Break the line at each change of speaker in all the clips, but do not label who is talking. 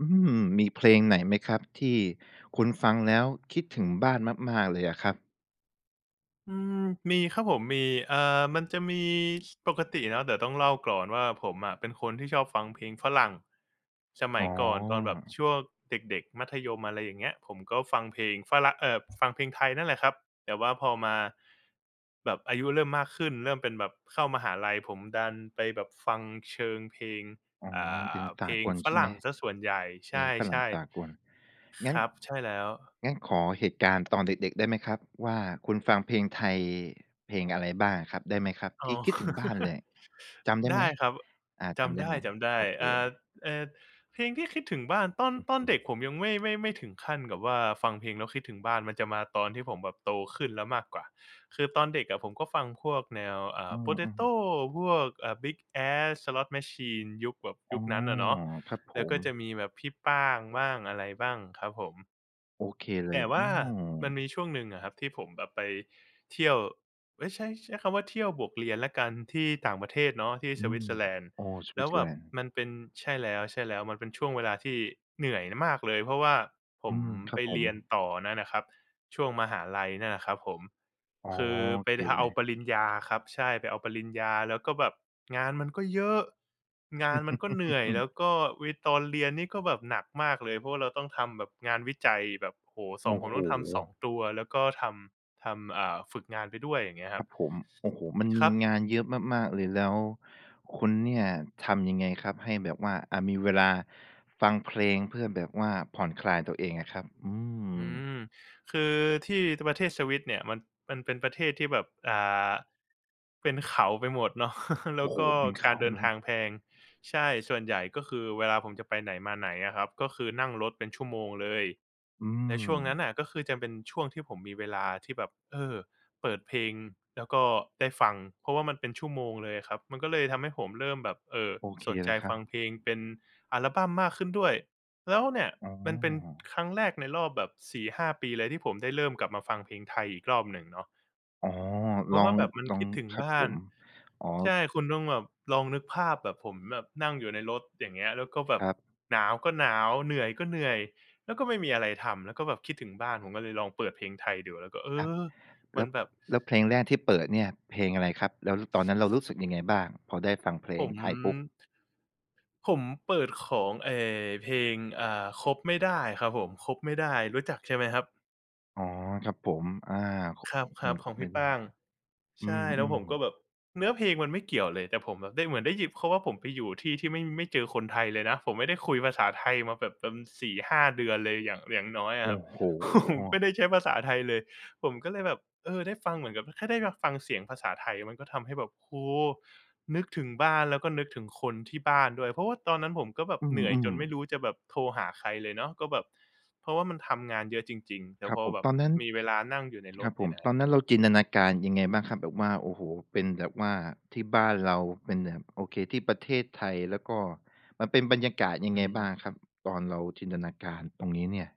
อืมมีเพลงไหนไหมครับที่คุณฟังแล้วคิดถึงบ้านมากๆเลยอะครับ
อืมมีครับผมมีมันจะมีสปกติเนาะเดี๋ยวต้องเล่าก่อนว่าผมอะเป็นคนที่ชอบฟังเพลงฝรั่งสมั
อ๋
ย
อ
ก่อนตอนแบบช่วงเด็กๆมัธยมอะไรอย่างเงี้ยผมก็ฟังเพลงฝรั่งฟังเพลงไทยนั่นแหละครับแต่ว่าพอมาแบบอายุเริ่มมากขึ้นเริ่มเป็นแบบเข้ามหาลัยผมดันไปแบบฟังเชิงเพลง
อ๋อ
อ่
เป็น
เพ
สา
ลง
กล
ฝ
ใช่ไหม
รั่งเสียส่วนใหญ่ใ
เพลงฝรั่ง
ช่
สากล
ๆค
งั้น
รับใช่แล้ว
งั้นขอเหตุการณ์ตอนเด็กๆได้ไหมครับว่าคุณฟังเพลงไทยเพลงอะไรบ้างครับได้ไหมครับ
อ๋อ
ที่คิดถึงบ้านเลยจำได้ไหม
ได้ครับ
อาจำ
จำ
ได้
ได้
ไหม
จำได้
โอเค
อ่าเอ่อเพลงที่คิดถึงบ้านตอนตอน
อื
เด็กผ
ม
มยังไม่ถึงขั้นกับว่าฟังเพลงแล้วคิดถึงบ้านมันจะมาตอนที่ผมแบบโตขึ้นแล้วมากกว่าคือตอนเด็กอะผมก็ฟังพวกแนว
อืมๆ
Potato พวกBig Ass Slot Machine ยุคแบบ
อ๋
ยุ
อ
คนั้นอะเนาะ
ครับผ
แล้ว
ม
ก็จะมีแบบพี่ป้างบ้างอะไรบ้างครับผม
โอเคเล
แต่
ยอื
ว่า
ม
มันมีช่วงหนึ่งอะครับที่ผมแบบไปเที่ยวเอ๊ยใช้คำว่าเที่ยวบวกเรียนแล้วกันที่ต่างประเทศเนาะที่ส
อื
วิต
ม
เซอร์แลนด์
โอ้ s เซอ
แล้ว
ร์
แบ
แล
บ
นด์
มันเป็นใช่แล้วๆมันเป็นช่วงเวลาที่เหนื่อยมากเลยเพราะว่าผ
อื
ม
มครั
ไป
บผม
เรียนต่อนั่นน่ะครับช่วงมหาลัยนั่นน่ะครับผม
อ๋อ
คือ
โอ
ไป
เค
ท
เล
เอา
ย
ปริญญาครับใช่ไปเอาปริญญาแล้วก็แบบ งานมันก็เยอะ งานมันก็เหนื่อยแล้ว ก็เวตอนเรียนนี่ก็แบบหนักมากเลยเพราะว่าเราต้องทำแบบงานวิจัยแบบโอ้โฮ2
โอ้
ผม
โห
ต้องทำ2ตัว แล้วก็ทำฝึกงานไปด้วยอย่างเงี้ยค
ค
รับ
รับผมโอ้โหมัน
ค
มี
รับ
งานเยอะมากๆเลยแล้วคุณเนี่ยทำยังไงครับให้แบบว่าอ่ะมีเวลาฟังเพลงเพื่อแบบว่าผ่อนคลายตัวเองอะครับอืม
อืมคือที่ประเทศสวิตเนี่ยมันเป็นประเทศที่แบบาเป็นเขาไปหมดเนาะ แล้ว
โอ้โห
ก็
เป็น
การ
เขา
เดิน
เลย
ทางแพง ใช่ ส่วนใหญ่ก็คือเวลาผมจะไปไหนมาไหนอะครับก็คือนั่งรถเป็นชั่วโมงเลย
อื
และช่ว
ม
งนั้นน่ะก็คือจะเป็นช่วงที่ผมมีเวลาที่แบบเออเปิดเพลงแล้วก็ได้ฟังเพราะว่ามันเป็นชั่วโมงเลยครับมันก็เลยทำให้ผมเริ่มแบบ
โอเค
สนใจ
เลยครั
ฟั
บ
งเพลงเป็นอัลบัมมากขึ้นด้วยแล้วเนี่ย
อ๋อ
มันเป็นครั้งแรกในรอบแบบ4-5ปีเลยที่ผมได้เริ่มกลับมาฟังเพลงไทยอีกรอบหนึ่งเนาะ
อ๋อ
เพ
ล
ราะ
อ
ว่า
ง
แบบมัน
ลอง
คิดถึง
ครับผ
บ้าน
มอ๋อ
ใช่คุณต้องแบบลองนึกภาพแบบผมแบบนั่งอยู่ในรถอย่างเงี้ยแล้วก็แบ
ค
บ
รับ
หนาวก็หนาวเหนื่อยก็เหนื่อยแล้วก็ไม่มีอะไรทำแล้วก็แบบคิดถึงบ้านผมก็เลยลองเปิดเพลงไทยดูแล้วก็เอ
ครับ
อมั
แล้
น
ว
แบบ
แล้วเพลงแรกที่เปิดเนี่ยเพลงอะไรครับแล้วตอนนั้นเรารู้สึกยังไงบ้างพอได้ฟังเพล
ผ
ง
ม
ไทยปุ๊บ
ผมเปิดของเพลงคบไม่ได้ครับผมคบไม่ได้รู้จักใช่ไหมครับ
อ๋อครับผมอาข
ค
เพล
รั
ง
บๆข
ข
อ
อง
ง
เป็
พี่
น
ป้าง
อื
ใช่แล้วผ
ม
มก็แบ
ๆ
บเนื้อเพลงมันไม่เกี่ยวเลยแต่ผมแบบได้เหมือนได้ยิบเพราะว่าผมไปอยู่ที่ที่ไม่เจอคนไทยเลยนะผมไม่ได้คุยภาษาไทยมาแบบเป็น4-5เดือนเลยอย่างอย่างน้อยอะครั
โอ้
บ
โ
ผม
ฮ
ไม่ได้ใช้ภาษาไทยเลย ผมก็เลยแบบเออได้ฟังเหมือนกับแค่ได้มาฟังเสียงภาษาไทยมันก็ทำให้แบบโอ้โฮนึกถึงบ้านแล้วก็นึกถึงคนที่บ้านด้วยเพราะว่าตอนนั้นผมก็แบบ
อื
เหนื่อยจ
ม
นไม่รู้
ๆ
จะแบบโทรหาใครเลยเนาะก็แบบเพราะว่ามันทำงานเยอะจริงๆแต่
ครั
พ
บ
อ
ผม
แบบ
ตอนนั้น
มีเวลานั่งอยู่ในร
ค
ถ
รับผ
เนี่
ม
ย
ต
นะ
อนนั้นเราจินตนาการยังไงบ้างครับแบบว่าโอ้โฮเป็นแบบว่าที่บ้านเราเป็นแบบโอเคที่ประเทศไทยแล้วก็มันเป็นบรรยากาศยัง
อื
ไงบ้า
ม
งครับตอนเราจินตนาการตรงนี้เนี่ย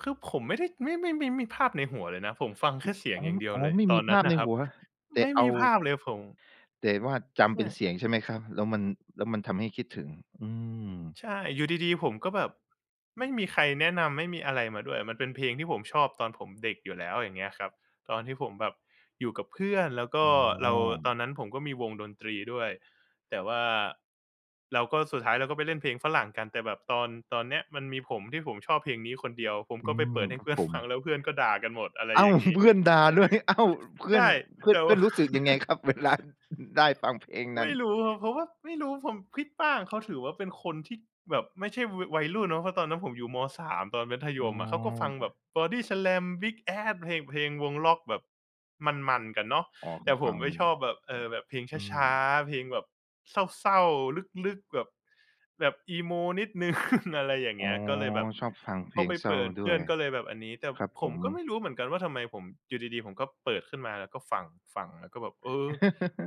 คือผมไม่ได้ไม่ไม่ไม่มีภาพในหัวเลยนะผมฟังแค่เสียง
อ๋อ
อย่างเดียว
อ๋อ
เลย
ไม่
ตอ
มี
นนั้
ภา
น
พใน
น่ะครับ
หัวแต่
ไม่
เอา
มีภาพเลยผม
แต่ว่าจำเป็
ใช่
นเสียงใช่ไหมครับแล้วมันแล้วมันทำให้คิดถึงอืม
ใช่ อยู่ดีๆผมก็แบบไม่มีใครแนะนำไม่มีอะไรมาด้วย มันเป็นเพลงที่ผมชอบตอนผมเด็กอยู่แล้วอย่างเงี้ยครับ ตอนที่ผมแบบอยู่กับเพื่อนแล้วก็
อ๋
เรา
อ
ตอนนั้นผมก็มีวงดนตรีด้วยแต่ว่าเราก็สุดท้ายเราก็ไปเล่นเพลงฝรั่งกันแต่แบบตอนเนี้ยมันมีผมที่ผมชอบเพลงนี้คนเดียวผม
อื
ก็ไป
ม
เปิดให้
ครับ
เพื่อน
ผม
ฟังแล้วเพื่อนก็ด่ากันหมดอะไร
อ้า
อ
ว
ย่างงี้
เพื่อนด่าด้วย อ้าวเพื่อน
ใช่
เพื่อน
แต่
เพื่
ว่า
อนรู้สึกยังไงครับ เวลา ได้ฟังเพลงนั้
ไม่
น
รู้ครับเพราะว่าไม่รู้ผมพี่ป้างเขาถือว่าเป็นคนที่แบบไม่ใช่วยวัยรุ่นเนาะเพราะตอนนั้นผมอยู่ม3ตอนมัธย
อ๋อ
มอะเขาก็ฟังแบบ Body Slam Big Ass เพลงวงร็อกแบบมันๆกันเนาะ
อ๋อ
แต่
เขา
ผม
ฟัง
ไม่ชอบแบบแบบเพลง
อืม
ช้าๆเพลงแบบเศร้าๆลึกๆแบบแบบอีโมนิดหนึ่ง อะไรอย่าง
อ๋
เงี้
อ
ยก็เลยแบบ
ชอบฟังเพ
พอ
ลง
ไป
เศร้า
เปิด
ด้
เพื่
ว
อน
ย
ก็เลยแบบอันนี้แต่
ครับ
ผ
ผ
ม
ม
ก็ไม่รู้เหมือนกันว่าทำไมผมอยู่ดีๆผมก็เปิดขึ้นมาแล้วก็ฟังแล้วก็แบบเออ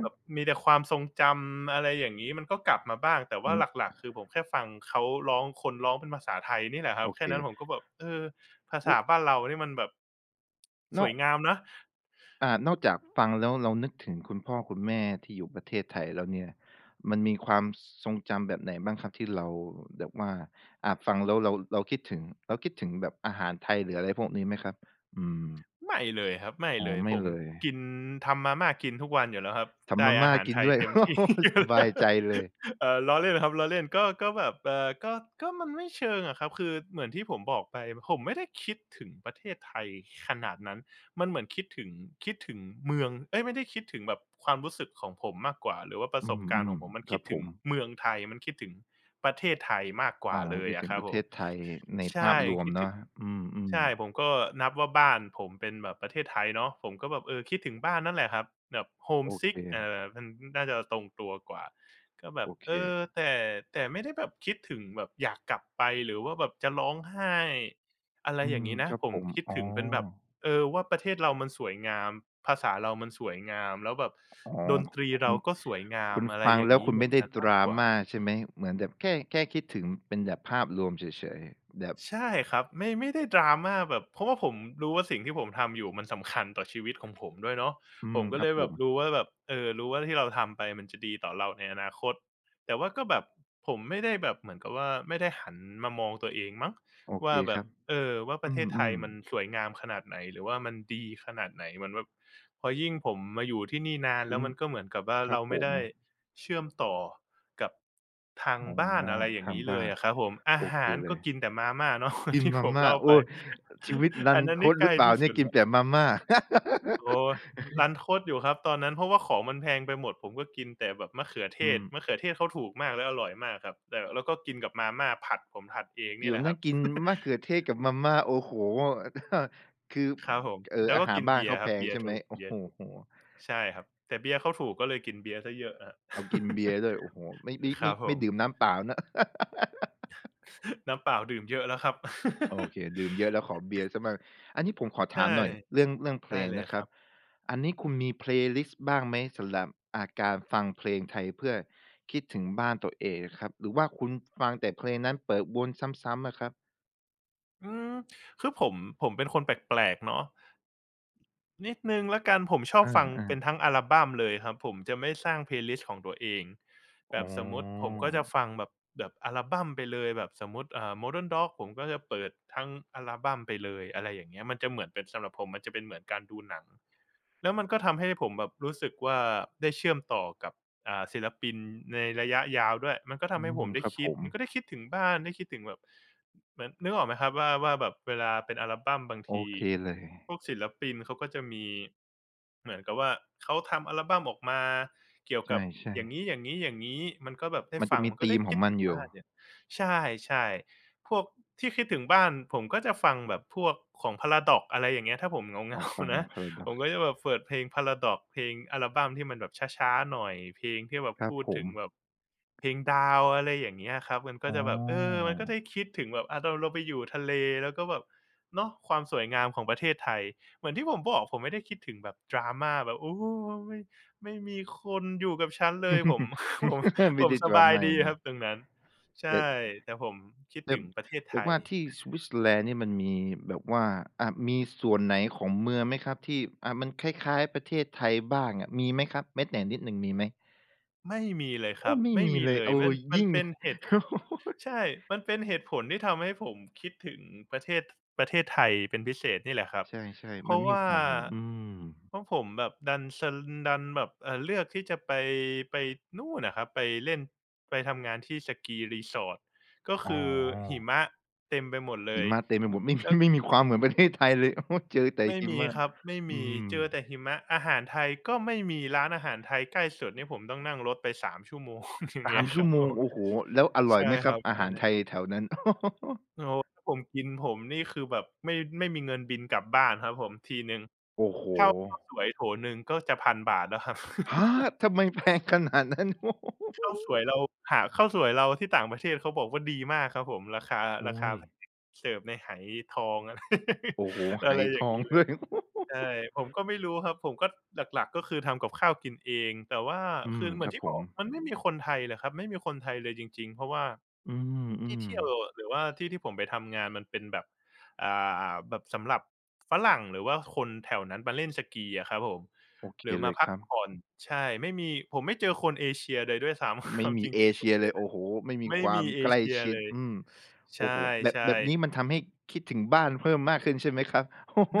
แบบ มีแต่ความทรงจำอะไรอย่างงี้มันก็กลับมาบ้างแต่
อื
ว่า
ม
หลักๆคือผมแค่ฟังเขาร้องคนร้องเป็นภาษาไทยนี่แหละครับ
โอ
แค่
เค
นั้นผมก็แบบเออภา
ลุ
ษาบ้านเรานี่มันแบบส
นอ
ว
ก
ยงามนะ
อ่านอกจากฟังแล้วเรานึกถึงคุณพ่อคุณแม่ที่อยู่ประเทศไทยแล้วเนี่ยมันมีความทรงจำแบบไหนบ้างครับที่เราแบบว่าอ่าฟังแล้วเราคิดถึงเราคิดถึงแบบอาหารไทยหรืออะไรพวกนี้ไหมครับอืม
ไม่เลยครับไม่
อ๋อ
เลย
ไม่
ผม
เลย
กินทำมาม่ากินทุกวันอยู่แล้วครับ
ทำ
ได้
มา
อา
ม่า
หาร
กิน
ไทย
ด้วย
เต็มที่ อ ยู่
สบา
แล้
ย
ว
ใจเลย
ล้อเล่นครับล้อเล่นก็แบบก็มันไม่เชิงอะครับคือเหมือนที่ผมบอกไปผมไม่ได้คิดถึงประเทศไทยขนาดนั้น มันเหมือนคิดถึงคิดถึงเมืองเอ้ยไม่ได้คิดถึงแบบความรู้สึกของผมมากกว่าหรือว่าประ
อื
สบ
ม
กา
อื
รณ์ขอ
ม
งผมมัน
ค
คิ
รั
ด
บผ
ถึง
ม
เมืองไทยมันคิดถึงประเทศไทยมากก
อ๋
ว่า
อ
เลย
คิด
อะ
ถึ
ค
ง
รั
ป
บ
ระ
ผ
เท
ม
ศไทยในภา
ใช่
พรวม
คิดถึ
เนาะ
ง
อืมอืม
ใช่ผมก็นับว่าบ้านผมเป็นแบบประเทศไทยเนาะผมก็แบบเออคิดถึงบ้านนั่นแหละครับแบบ
โอเค
homesick มันน่าจะตรงตัวกว่าก็แบ
โอ
บ
เค
เออแต่แต่ไม่ได้แบบคิดถึงแบบอยากกลับไปหรือว่าแบบจะร้องไห้อะไร
อื
อย่าง
ม
งี้
ค
นะ
รับ
ผ
ผ
ม
ม
คิด
อ๋อ
ถึงเป็นแบบ เออว่าประเทศเรามันสวยงามภาษาเรามันสวยงามแล้วแบบ
อ๋อ
ดนตรี
คุ
เรา
ณ
ก็สวยงาม
คุณ
อะไร
ฟัง
อย่าง
แล้ว
งี้
คุณ
เหมือ
ไม่
น
ได้
กัน
ด
มาก
รา
กว่า
ม่าใช่ไหม เหมือนแบบแค่คิดถึงเป็นแบบภาพรวมเฉยๆแบบ
ใช่ครับไม่ได้ดราม่าแบบเพราะว่าผมรู้ว่าสิ่งที่ผมทำอยู่มันสำคัญต่อชีวิตของผมด้วยเนาะ
อื
ผ
ม
มก็
ครั
เล
บ
ย
ผ
แบบ
ม
รู้ว่าแบบเออรู้ว่าที่เราทำไปมันจะดีต่อเราในอนาคตแต่ว่าก็แบบผมไม่ได้แบบเหมือนกับว่าไม่ได้หันมามองตัวเองมั้ง
โอเค
ว่าแบ
ค
บ
รับ
เออว่าป
อื
ระเทศไทย
ม
มันสวยงามขนาดไหนหรือว่ามันดีขนาดไหนเหมือนแบบ พอยิ่งผมมาอยู่ที่นี่นาน
อื
แล้ว
มค
มั
ณ
นก็เหมือนกับว่า
ครับ
เรา
ผ
ไม่
ม
ได้เชื่อมต่อกับทาง
อ๋อ
บ้านอะไรอย่าง
ทา
งี้
ง
เล
บ้า
ย
น
อะครับผมอา
โอ
หา
เค
ร
เล
ก็
ย
กินแต่มาม่าเนาะ เหมือน
กิน
ที่ผ
มา
ม
ม่า
เล่าไป
โอ้ยชีวิตรั
อั
น
นนั้น
ท
นี่
ด
ใก
หรื
ล้
อเปล่า
ที่
เนี่
สุ
ย
ด
กิน
แล้ว
แต่มาม่า
โอ้รันทดอยู่ครับตอนนั้นเพราะว่าของมันแพงไปหมดผมก็กินแต่แบบมะเขือเท
อื
ศ
ม
มะเขือเทศเขาถูกมากและอร่อยมากครับแต่แล้วก็กินกับมาม่าผัดผมผัดเองนี่
เดี๋ย
แห
ว
ละค
นะ
รับ
กินมะ เขือเทศกับมาม่าโอ้โฮ คือ
ครับผม
เอ่อ
แล้ว
อา
ก็
หาร
กิน
บ้าน
เบียร์
เขา
ค
แพ
รับ
ง
เบียร์
ใช่ไหม
ถูก
โอ้
เบีย
โ
ร์ถูก
ฮ
ใช่ครับแต่เบียร์เขาถูกก็เลยกินเบียร์เสียเยอะครับ
เอากินเบียร์ด้วยโอ้โฮไม่ไม่
ครั
ไม่
บผ
ไม่
ม
ดื่มน้ำเปล่านะ
น้ำเปล่าดื่มเยอะแล้วครับ
โอเคดื่มเยอะแล้วขอเบียร์เสียมั่งอันนี้ผมขอ
ใช่
ถามหน่อยเรื่องเรื่องเพล
ได้
ง
เลย
นะค
ค
รั
รั
บ
บ
อันนี้คุณมีเพลย์ลิสต์บ้างไหมสำหรับอ่าการฟังเพลงไทยเพื่อคิดถึงบ้านตัวเองอะครับหรือว่าคุณฟังแต่เพลงนั้นเปิดวนซ้ำๆอะครับ
อืมคือผมเป็นคนแปลกๆเนาะนิดหนึ่งแล้วกันผมชอบ
อ
ฟังเป็น
า
ทั้งอัลบัมเลยครับผมจะไม่สร้างเพลย์ลิสต์ของตัวเอง
ๆ
แบ
อ๋
บสมมุติผม
อ
ก็จะฟังแบบแบบอัลบัมไปเลยแบบสมมุติModern Dog ผมก็จะเปิดทั้งอัลบัมไปเลยอะไรอย่างเงี้ยมันจะเหมือนเป็นสำหรับผมมันจะเป็นเหมือนการดูหนัง แล้วมันก็ทำให้ผมแบบรู้สึกว่าได้เชื่อมต่อกับศิลปินในระยะยาวด้วยมันก็
อื
ทำให้ผ
ม
มได้
ครับผ
คิด
ม
มันก็ได้คิดถึงบ้านได้คิดถึงแบบเหมือนนึกออกไหมครับว่าว่าแบบเวลาเป็นอัลบัมบาง
โอ
ที
เคเลย
พวกศิลปินเขาก็จะมีเหมือนกับว่าเขาทำอัลบัมออกมาเกี่ยว
ใ
กับ
ช่
อย่างงี้ๆๆมันก็แบบได้
ๆมันจะ
ฟัง
มี
มันก็
ธี
ได้
มข
คิ
อง
ด
มัน
ถึง
อยู่
บ้านเนี่ยใช่ๆพวกที่คิดถึงบ้านผมก็จะฟังแบบพวกของ Paradox อะไรอย่างเงี้ยถ้าผมเห
อ๋อ
งา
ฟัง
ๆนะ ผ
Paradox
มก็จะแบบเปิดเพลง Paradox เพลงอัลบัมที่มันแบบช้าๆหน่อยเพลงที่แบบ
ครับ
พูด
ผ
ถึ
ม
งแบบเพลงดาวอะไรอย่างเงี้ยครับมันก็
อ๋อ
จะแบบเออมันก็ได้คิดถึงแบบอาเราไปอยู่ทะเลแล้วก็แบบเนาะความสวยงามของประเทศไทยเหมือนที่ผมบอกผมไม่ได้คิดถึงแบบ drama แบบโอ้โฮไม่ไม่มีคนอยู่กับฉันเลยผม ผม ผ
ไม่
ม
ได้
ส
d r a
บา
m
ย
อ
ดี
ย่าง
ค
งั้
รับ
น
ตรงนั้นใช่
แต่
แต่ผมคิด
แต่
ถึงประเทศไท
แต่
ย
ว่าที่สวิตเซอร์แลนด์นี่มันมีแบบว่าอ่ามีส่วนไหนของเมืองไหมครับที่อ่ามันคล้ายๆประเทศไทยบ้างอะมีไหมครับแม้แต่นิดหนึ่งมีไหม
ไม่มีเลยครั
โอ้
บ
ไม่
ไม่
มี
มี
เลย
เลย
โอ
มั
อ
นมัน
ยิ่ง
เป็นเหตุผ ใช่มันเป็นเหตุผลที่ทำให้ผมคิดถึงประเทศประเทศไทยเป็นพิเศษนี่แหละครับ
ใช่
เพ
ๆมัน
ราะ
ไม่มี
ว่า
ความเหมือนอืม
เพราะผมแบบดันแบบเลือกที่จะไปไปนู่นน่ะครับไปเล่นไปทำงานที่สกี resort ก็
อ๋
คือหิ
อ
มะเต็มไปหมดเล
หิ
ย
มะเต็มไปหมดไม่มี
แล้ว
ไม่มีความเหมือนประเทศไทยเลย โอ้เจอแต่
ไม่
หิ
มี
มะ
ครับไม่
อื
มี
ม
เจอแต่หิมะอาหารไทยก็ไม่มีร้านอาหารไทยใกล้สุดนี่ผมต้องนั่งรถไป3 ชั่วโมง อย่าง
สา
เงี้
ม
ยค
ชั่
รั
ว
บ
โม
ผ
ง
ม
โอ้โฮแล้วอร่อย
ใช่
ไหมค
ค
รั
รั
บ
บ
อาหารไท
ใช่
ยแถวนั้น
โอ้โฮถ้าผมกินผมนี่คือแบบไม่มีเงินบินกลับบ้านครับผมทีหนึ่ง
โอ้โฮ
ข้าวสวยโถหนึ่งก็จะ1,000บาทแล้วครับ
ฮะทำไมแพงขนาดนั้นโอ้โฮ
ข้า วสวยเราหาข้าวสวยเราที่ต่างประเทศเขาบอกว่าดีมากครับผมราคารา
โอ้
คา
ย
แพงเสิร์ฟในไหทอง ไร
โอ้โฮไห
อะไรอ
ท
ย่าง
อง
งี้เล
ด้
ย
วย
ใช่ผมก็ไม่รู้ครับผมก็หลักๆก็คือทำกับข้าวกินเองแต่ว่า
อื
คือ
ม
เหมื
ค
อน
รับ
ที่
ผ
บอ
ม
กมันไม่มีคนไทยแหละครับไม่มีคนไทยเลยจริงๆเพราะว่า
อื
ที่
ม
เที่ยว
ๆ
หรือว่าที่ที่ผมไปทำงานมันเป็นแบบแบบสำหรับฝรั่งหรือว่าคนแถวนั้นมาเล่นสกีอะครับผม
โอเค
หรือ
เล
มา
ย
พั
ค
ก
รับ
ผ่อนใช่ไม่มีผมไม่เจอคนเอเชียเลยด้วยซ้ำ
ไม่
เอา
มี
จร
เอ
ิงๆผ
เชี
ม
ย
เจ
เล
อ
ย โอ้โฮไม่มี
ไม่
ควา
มี
ม
เอ
ใกล้
เชีย
ชิ
เล
ด
ย
อืม
ใช
โอ้โฮแบบ
่
แบบนี้มัน
ๆ
ทำให้คิดถึงบ้านเพิ่มมากขึ้นใช่ไหมครับ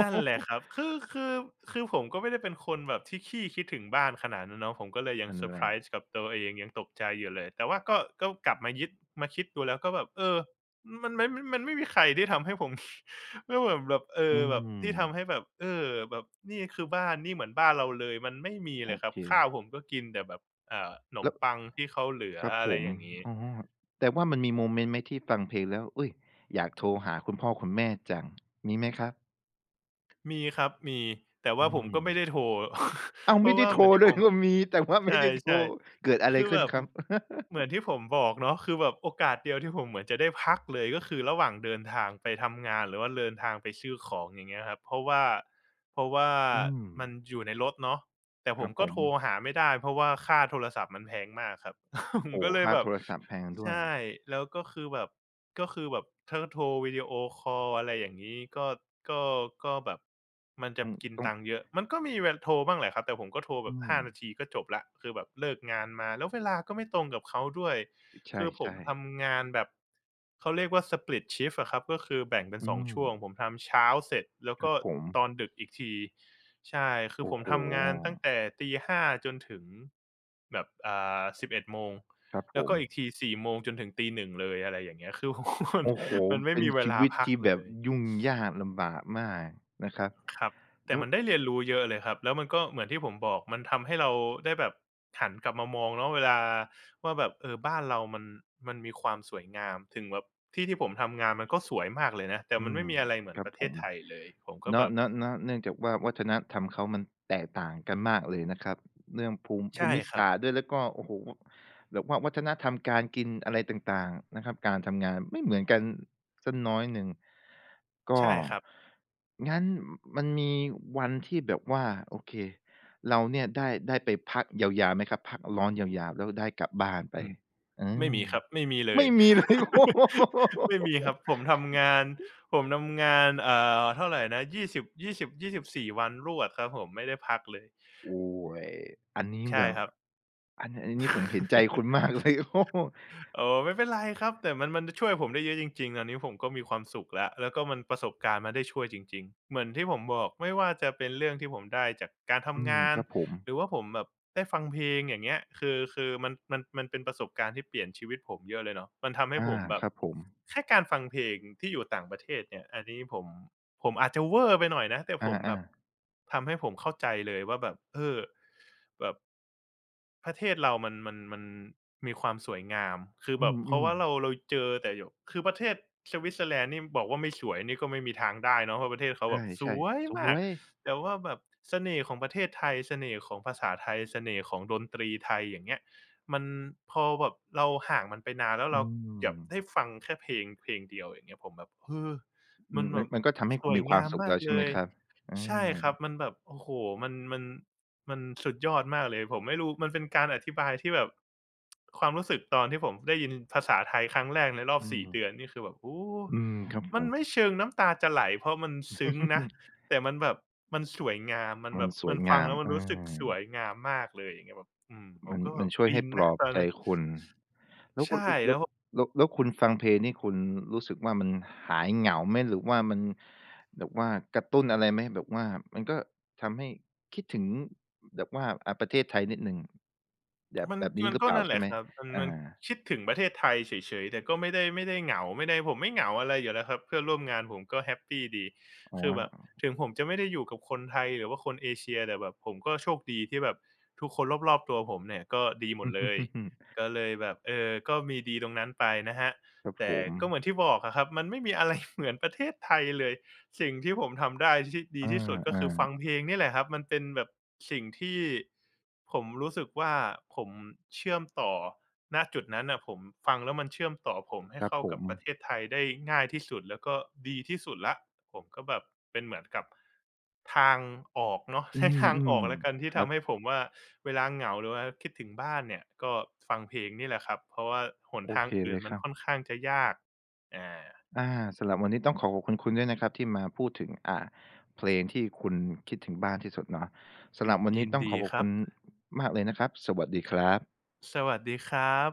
นั่นแหละ ครับคือผมก็ไม่ได้เป็นคนแบบที่ขี้คิดถึงบ้านขนาดนั้นเนาะผมก็เลยยัง
นั่น
เซอร์
แห
ไพร
ละ
ส์กับตัวเองยังตกใจอยู่เลย แต่ว่าก็กลับมายึดมาคิดดูแล้วก็แบบมันไม่มันไม่มีใครที่ทำให้ผม ไม่เหมือนแบบ
อื
แบบ
ม
ที่ทำให้แบบแบบนี่คือบ้านนี่เหมือนบ้านเราเลย มันไม่มี
โอ
เลยครับ
เค
ข้าวผมก็กินแต่แบบเอ่าขนม
แล้ว
ปังที่เขาเหลือ
ครับ
อะ
ผ
ไร
ม
อย่างนี้
อ๋อแต่ว่ามันมีโมเมนต์ไหมที่ฟังเพลงแล้วอุ๊ยอยากโทรหาคุณพ่อคุณแม่จัง มีไหมครับ
มีครับมีแต่
อื
ว่าผม
ม
ก็ไม่ได้โทร
อ้าว
เพ
ไม่
ราะ
ได้
ว่า
โท
เห
ร
มือนที่
ด้
ผ
วย
ม
ก็มีแต่ว่าไม่
ใช่
ได้โทร
ใช่
เกิดอะไร
คือ
ขึ้
แบ
น
บ
ครับ
เหมือ นที่ผมบอกเนาะคือแบบโอกาสเดียวที่ผมเหมือนจะได้พักเลยก็คือระหว่างเดินทางไปทำงานหรือว่าเดินทางไปซื้อของอย่างเงี้ยครับเพราะว่า
อืม
มันอยู่ในรถเนาะแต่
ค
ผ
รั
ม
บผ
ก็
ม
โทรหาไม่ได้เพราะว่าค่าโทรศัพท์มันแพงมากครับ ผม
โอ้
ก็
โฮ
เลย
ค่า
แบบ
โทรศัพท์แพง
ใช
ด้วย
่แล้วก็คือแบบถ้าโทรวิดีโอคอลอะไรอย่างงี้ก็ก็แบบมันจะ
ต้อง
กิน
ต้อง
ตังค์เยอะมันก็มีเวลาโทรบ้างแหละครับแต่ผมก็โทรแบ
อื
บ
ม
5นาทีก็จบแล้วคือแบบเลิกงานมาแล้วเวลาก็ไม่ตรงกับเขาด้วย
ใช
คือผม
่ๆ
ทำงานแบบเขาเรียกว่า split shift อะครับก็คือแบ่งเป็น
อื
2
ม
ช่วงผมทำเช้าเสร็จแล้ว
ครั
ก็
บผม
ตอนดึกอีกทีใช่คือผ
โอ้
ม
โฮ
ทำงานตั้งแต่ตี 5จนถึงแบบ11 โมง
ครับผ
แล้วก็
ม
อีกที4โมงจนถึงตี 1เลยอะไรอย่างเงี้ยคือ มัน
โอ้โฮ
มันไม่
เป็น
มีเว
ชี
ลา
วิต
พัก
ที่แบ
เล
บ
ย
ยุ่งยากลำบากมากนะครับ
ครับแต่
แล้ว
มันได้เรียนรู้เยอะเลยครับแล้วมันก็เหมือนที่ผมบอกมันทำให้เราได้แบบหันกลับมามองเนาะเวลาว่าแบบบ้านเรามันมีความสวยงามถึงแบบที่ที่ผมทำงานมันก็สวยมากเลยนะแต่
อื
มัน
ม
ไม่มีอะไรเหมือ
ค
น
รั
ป
บ
ระเท
ผ
ศ
ม
ไทยเลยผมก็แบ
เนาะ
บ
เนาะเนาะเนื่องจากว่าวัฒนธรรมเขามันแตกต่างกันมากเลยนะครับเรื่องภูมิภู
ใช่
มิ
ครับ
ศาสตร์ด้วยแล้วก็โอ้โฮแบบว่าวัฒนธรรมการกินอะไรต่างๆนะครับการทำงานไม่เหมือนกันสักน้อยหนึ่งก็
ใช่ครับ
งั้นมันมีวันที่แบบว่าโอเคเราเนี่ยได้ไปพักยาวๆไหมครับพักร้อนยาวๆแล้วได้กลับบ้านไป
อืม
เอ
ไม่
อ
มีครับไม่มีเลย
ไม่มีเลย โอ้โ ฮ
ไม่มีครับผมทำงานเท่าไหรนะ2ิบยี่สบยี4วันรวดครับผมไม่ได้พักเลย
โอ้ยอันนี้
ใช่
แบบ
ครับ
อันนี้ผมเห็นใจคุณ มากเลย โอ้
โอ้ไม่เป็นไรครับแต่มันช่วยผมได้เยอะจริงๆอันนี้ผมก็มีความสุขแล้วแล้วก็มันประสบการณ์มันได้ช่วยจริงๆเหมือนที่ผมบอกไม่ว่าจะเป็นเรื่องที่ผมได้จากการ
อื
ทำ
ม
งาน
ครับผม
หรือว่าผมแบบได้ฟังเพลงอย่างเงี้ยคือมันเป็นประสบการณ์ที่เปลี่ยนชีวิตผมเยอะเลยเนาะมันทำให้ผ
อา
มแบ
ค
บ
รับผม
แค่การฟังเพลงที่อยู่ต่างประเทศเนี่ยอันนี้ผมอาจจะเวอร์ไปหน่อยนะแต่
อ
ผมแบ
า
บ
ๆ
ทำให้ผมเข้าใจเลยว่าแบบแบบ ประเทศเรามันมีความสวยงามคือ
อื
แบบเพราะ
ม
ว่า
ๆ
เราเจอแต่อยบบคือประเทศสวิตเซอร์แลนด์นี่บอกว่าไม่สวยนี่ก็ไม่มีทางได้เนาะเพราะประเทศเขาแบบส
ใช่
วย
ๆส
มา
ว
ก
ย
แต่ว่าแบบเสน่ห์ของประเทศไทยเสน่ห์ของภาษาไทยเสน่ห์ของดนตรีไทยอย่างเงี้ยมันพอแบบเราห่างมันไปนานแล้ว
อื
เราแบบ
ม
ได้ฟังแค่เพลงเพลงเดียวอย่างเงี้ยผมแบบมั
มัน
นแบ
มัน
บ
มันก็ทำให้
ส
คุณ
วย
มีควา
งา
ม
ม
สุข
มา
แล้
ก
วใช่
เล
ไหม
ย
ครับอา
ใช่ครับมันแบบโอ้โฮมันมัน มันสุดยอดมากเลยผมไม่รู้มันเป็นการอธิบายที่แบบความรู้สึกตอนที่ผมได้ยินภาษาไทยครั้งแรกในรอบ
อื
สี่
ม
เดือนนี่คือแบบโอ้
อืมครับผ
มัน
ม
ไม่เชิงน้ำตาจะไหลเพราะมันซึ้งนะ แต่มันแบบมันสวยงามมัน
มั
แบ
น
บ
ส
มั
ว
น
ย
ฟัง
งาม
แล้วมัน
เอ
รู้สึกส
อ
วยงามมากเลยอย่างเงี้ยแบบอืมผม
มัน
ก็แบ
มั
บ
นช่วย
อิ
ให้
น
ปล
นะ
อบ
ตอน
ใจ
นั้น
คุณ แล้วคุ
ใช่
ณ
แล้
แล้ว
ว
แล้วแล้วคุณฟังเพลงนี่คุณรู้สึกว่ามันหายเหงาไหม หรือว่ามันแบบว่ากระตุ้นอะไรไหม แบบว่ามันก็ทำให้คิดถึงแบบว่าอ่าประเทศไทยนิดหนึ่งแบบ
มัน
แบบนี้
มัน
หรือ
ก็
เปล่า
นั่นแห
ใช่
ละ
ไหม
ครับมัน
อา
มัน คิดถึงประเทศไทยเฉยๆแต่ก็ไม่ได้เหงาไม่ได้ผมไม่เหงาอะไรอยู่แล้วครับเพื่อนร่วมงานผมก็แฮปปีดี
อ๋อ
คือแบบถึงผมจะไม่ได้อยู่กับคนไทยหรือว่าคนเอเชียแต่แบบผมก็โชคดีที่แบบทุกคนรอบๆตัวผมเนี่ยก็ดีหม
อ
ดเลย
ือ
ก็เลยแบบก็มีดีตรงนั้นไปนะครับ
ๆๆครับผ
แต่
ม
ก็เหมือนที่บอกอะครับมันไม่มีอะไร เหมือนประเทศไทยเลย สิ่งที่ผมทำได้ที่ดี
อ
ที่สุดก็คือ
า
ฟังเพลงนี่แหละครับมันเป็นแบบสิ่งที่ผมรู้สึกว่าผมเชื่อมต่อณจุดนั้นน่ะผมฟังแล้วมันเชื่อมต่อผม
ๆ
ให้
ครับ
เข้า
ผ
กับ
ม
ประเทศไทยได้ง่ายที่สุดแล้วก็ดีที่สุดแล้วผมก็แบบเป็นเหมือนกับทางออกเนาะ
อื
ใช้ทางออ
ม
กแล้วกันที่
ๆครั
ทำให้
บ
ผมว่าเวลาเหงาหรือว่าคิดถึงบ้านเนี่ยก็ฟังเพลงนี่แหละครับเพราะว่าหน
โอ
ทาง
เค
อื่
เล
น
ย
มั
ค
น
รับ
ค่อนข้างจะยากอา
อาสำหรับวันนี้ต้องขอขอบคุณคุณด้วยนะครับที่มาพูดถึงอ่าเพลงที่คุณคิดถึงบ้านที่สุดเนาะสำหรับวัน
ยิ
นี้
น
ต้องข
ดี
อขอ
ค
บ
รั
คุ
บ
ณมากเลยนะครับสวัสดีครับ
สวัสดีครับ